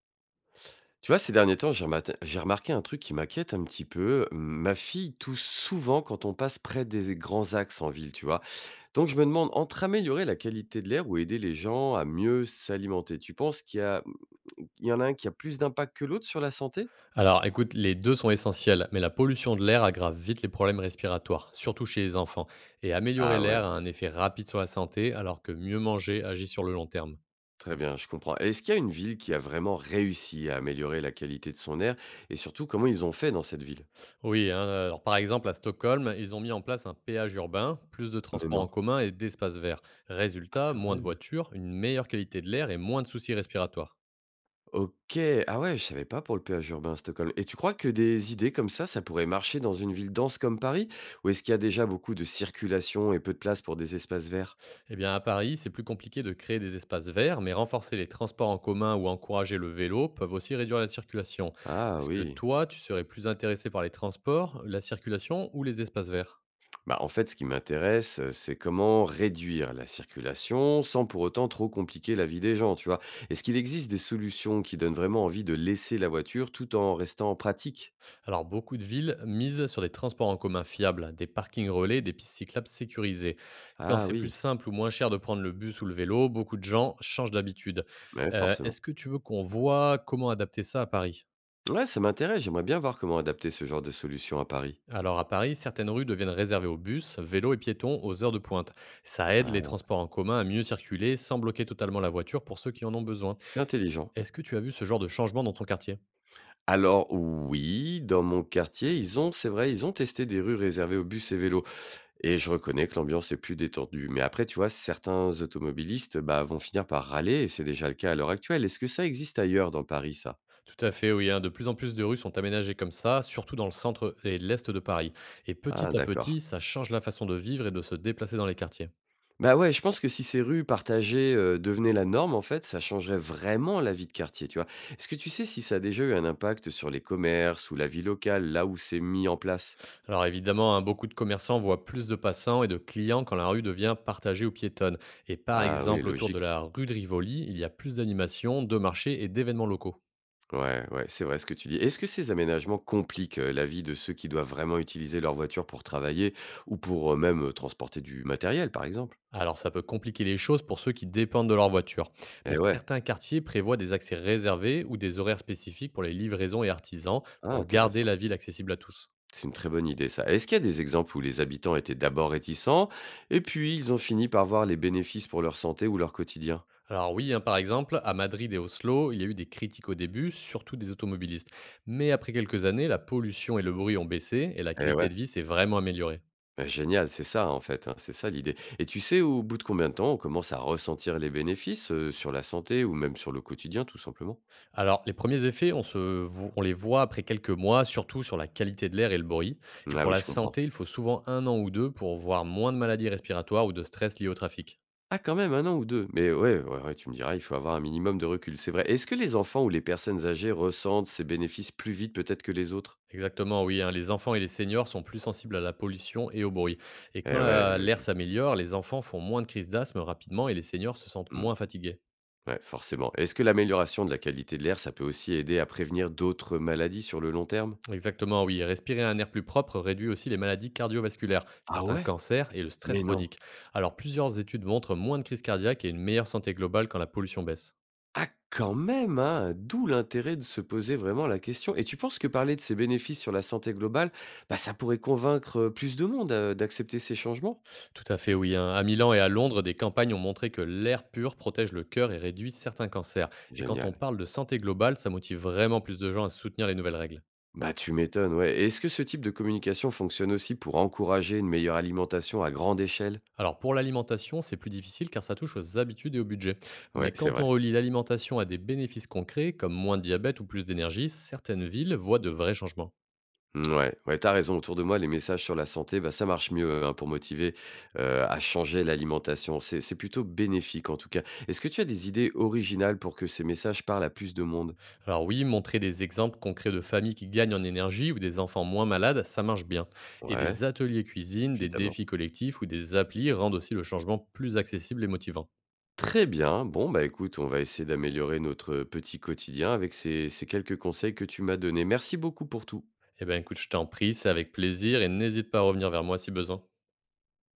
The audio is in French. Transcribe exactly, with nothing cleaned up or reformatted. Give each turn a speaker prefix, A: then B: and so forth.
A: Tu vois, ces derniers temps, j'ai remate- j'ai remarqué un truc qui m'inquiète un petit peu. Ma fille tousse souvent quand on passe près des grands axes en ville, tu vois. Donc je me demande, entre améliorer la qualité de l'air ou aider les gens à mieux s'alimenter, tu penses qu'il y, a... il y en a un qui a plus d'impact que l'autre sur la santé?
B: Alors écoute, les deux sont essentiels, mais la pollution de l'air aggrave vite les problèmes respiratoires, surtout chez les enfants. Et améliorer
A: Ah ouais,
B: l'air a un effet rapide sur la santé, alors que mieux manger agit sur le long terme.
A: très bien, je comprends. Est-ce qu'il y a une ville qui a vraiment réussi à améliorer la qualité de son air? Et surtout, comment ils ont fait dans cette ville?
B: Oui, hein, alors par exemple à Stockholm, ils ont mis en place un péage urbain, plus de
A: Mais
B: transports en
A: non.
B: commun et d'espaces verts.
A: Ah
B: Résultat,
A: quand
B: moins de
A: même.
B: voitures, une meilleure qualité de l'air et moins de soucis respiratoires.
A: OK. Ah ouais, je savais pas pour le péage urbain à Stockholm. Et tu crois que des idées comme ça, ça pourrait marcher dans une ville dense comme Paris? Ou est-ce qu'il y a déjà beaucoup de circulation et peu de place pour des espaces verts?
B: Eh bien, à Paris, c'est plus compliqué de créer des espaces verts, mais renforcer les transports en commun ou encourager le vélo peuvent aussi réduire la circulation.
A: Ah
B: Est-ce que
A: oui.
B: toi, tu serais plus intéressé par les transports, la circulation ou les espaces verts?
A: Bah en fait, ce qui m'intéresse, euh, c'est comment réduire la circulation sans pour autant trop compliquer la vie des gens, tu vois. Est-ce qu'il existe des solutions qui donnent vraiment envie de laisser la voiture tout en restant pratique?
B: Alors, beaucoup de villes misent sur des transports en commun fiables, des parkings relais, des pistes cyclables sécurisées. Quand
A: Ah
B: c'est plus
A: oui,
B: simple ou moins cher de prendre le bus ou le vélo, beaucoup de gens changent d'habitude.
A: mais
B: Euh,
A: forcément.
B: Est-ce que tu veux qu'on voit comment adapter ça à Paris?
A: Ouais, ça m'intéresse, j'aimerais bien voir comment adapter ce genre de solution à Paris.
B: Alors à Paris, certaines rues deviennent réservées aux bus, vélos et piétons aux heures de pointe. Ça aide les
A: Ah,
B: transports en commun à mieux circuler sans bloquer totalement la voiture pour ceux qui en ont besoin.
A: c'est intelligent.
B: Est-ce que tu as vu ce genre de changement dans ton quartier?
A: Alors oui, dans mon quartier, ils ont, c'est vrai, ils ont testé des rues réservées aux bus et vélos, et je reconnais que l'ambiance est plus détendue. Mais après, tu vois, certains automobilistes, bah, vont finir par râler, et c'est déjà le cas à l'heure actuelle. Est-ce que ça existe ailleurs dans Paris, ça?
B: Tout à fait, oui, hein. De plus en plus de rues sont aménagées comme ça, surtout dans le centre et l'est de Paris. Et
A: Ah
B: petit à
A: d'accord.
B: petit, ça change la façon de vivre et de se déplacer dans les quartiers.
A: Bah ouais, je pense que si ces rues partagées, heu, devenaient la norme, en fait, ça changerait vraiment la vie de quartier, tu vois? Est-ce que tu sais si ça a déjà eu un impact sur les commerces ou la vie locale, là où c'est mis en place?
B: Alors évidemment, hein, beaucoup de commerçants voient plus de passants et de clients quand la rue devient partagée aux piétonnes. Et par
A: Ah oui,
B: exemple, autour de
A: logique.
B: la rue de Rivoli, il y a plus d'animations, de marchés et d'événements locaux.
A: Ouais, ouais, c'est vrai ce que tu dis. Est-ce que ces aménagements compliquent, heu, la vie de ceux qui doivent vraiment utiliser leur voiture pour travailler ou pour, heu, même, heu, transporter du matériel, par exemple?
B: Alors, ça peut compliquer les choses pour ceux qui dépendent de leur voiture. Mais
A: Eh ouais,
B: certains quartiers prévoient des accès réservés ou des horaires spécifiques pour les livraisons et artisans
A: ah
B: pour garder
A: intéressant.
B: la ville accessible à tous.
A: C'est une très bonne idée, ça. Est-ce qu'il y a des exemples où les habitants étaient d'abord réticents et puis ils ont fini par voir les bénéfices pour leur santé ou leur quotidien?
B: Alors oui, hein, par exemple, à Madrid et Oslo, il y a eu des critiques au début, surtout des automobilistes. Mais après quelques années, la pollution et le bruit ont baissé et la
A: Eh
B: qualité de
A: ouais,
B: vie s'est vraiment améliorée.
A: bah, génial, c'est ça en fait, hein, c'est ça l'idée. Et tu sais au bout de combien de temps on commence à ressentir les bénéfices, heu, sur la santé ou même sur le quotidien tout simplement?
B: Alors, les premiers effets, on, se vo- on les voit après quelques mois, surtout sur la qualité de l'air et le bruit. Et
A: Ah
B: pour
A: oui,
B: la
A: je comprends.
B: santé, il faut souvent un an ou deux pour voir moins de maladies respiratoires ou de stress liés au trafic.
A: Ah quand même, un an ou deux. Mais ouais, ouais, ouais, tu me diras, il faut avoir un minimum de recul, c'est vrai. Est-ce que les enfants ou les personnes âgées ressentent ces bénéfices plus vite peut-être que les autres?
B: Exactement, oui, hein, les enfants et les seniors sont plus sensibles à la pollution et au bruit. Et quand
A: Eh ouais,
B: la- l'air
A: logique.
B: s'améliore, les enfants font moins de crises d'asthme rapidement et les seniors se sentent
A: Mmh.
B: moins fatigués.
A: Ouais, forcément. Est-ce que l'amélioration de la qualité de l'air, ça peut aussi aider à prévenir d'autres maladies sur le long terme?
B: Exactement, oui. Et respirer un air plus propre réduit aussi les maladies cardiovasculaires,
A: Ah
B: certains
A: ouais?
B: cancers et le stress
A: Mais non.
B: chronique. Alors, plusieurs études montrent moins de crises cardiaques et une meilleure santé globale quand la pollution baisse.
A: Ah quand même, hein! D'où l'intérêt de se poser vraiment la question. Et tu penses que parler de ces bénéfices sur la santé globale, bah, ça pourrait convaincre, heu, plus de monde, heu, d'accepter ces changements?
B: Tout à fait, oui, hein. À Milan et à Londres, des campagnes ont montré que l'air pur protège le cœur et réduit certains cancers. Et quand on
A: Génial.
B: parle de santé globale, ça motive vraiment plus de gens à soutenir les nouvelles règles.
A: Bah, tu m'étonnes, ouais. Et est-ce que ce type de communication fonctionne aussi pour encourager une meilleure alimentation à grande échelle?
B: Alors pour l'alimentation, c'est plus difficile car ça touche aux habitudes et au budget. Mais
A: Ouais, c'est
B: quand on
A: vrai.
B: relie l'alimentation à des bénéfices concrets, comme moins de diabète ou plus d'énergie, certaines villes voient de vrais changements.
A: Mmh, ouais, ouais, t'as raison. Autour de moi, les messages sur la santé, bah, ça marche mieux, hein, pour motiver euh, à changer l'alimentation. C'est, c'est plutôt bénéfique en tout cas. Est-ce que tu as des idées originales pour que ces messages parlent à plus de monde?
B: Alors oui, montrer des exemples concrets de familles qui gagnent en énergie ou des enfants moins malades, ça marche bien. Et
A: Ouais,
B: des ateliers cuisine, des
A: évidemment.
B: défis collectifs ou des applis rendent aussi le changement plus accessible et motivant.
A: Très bien. Bon, bah écoute, on va essayer d'améliorer notre euh, petit quotidien avec ces, ces quelques conseils que tu m'as donnés. Merci beaucoup pour tout.
B: Eh bien écoute, je t'en prie, c'est avec plaisir et n'hésite pas à revenir vers moi si besoin.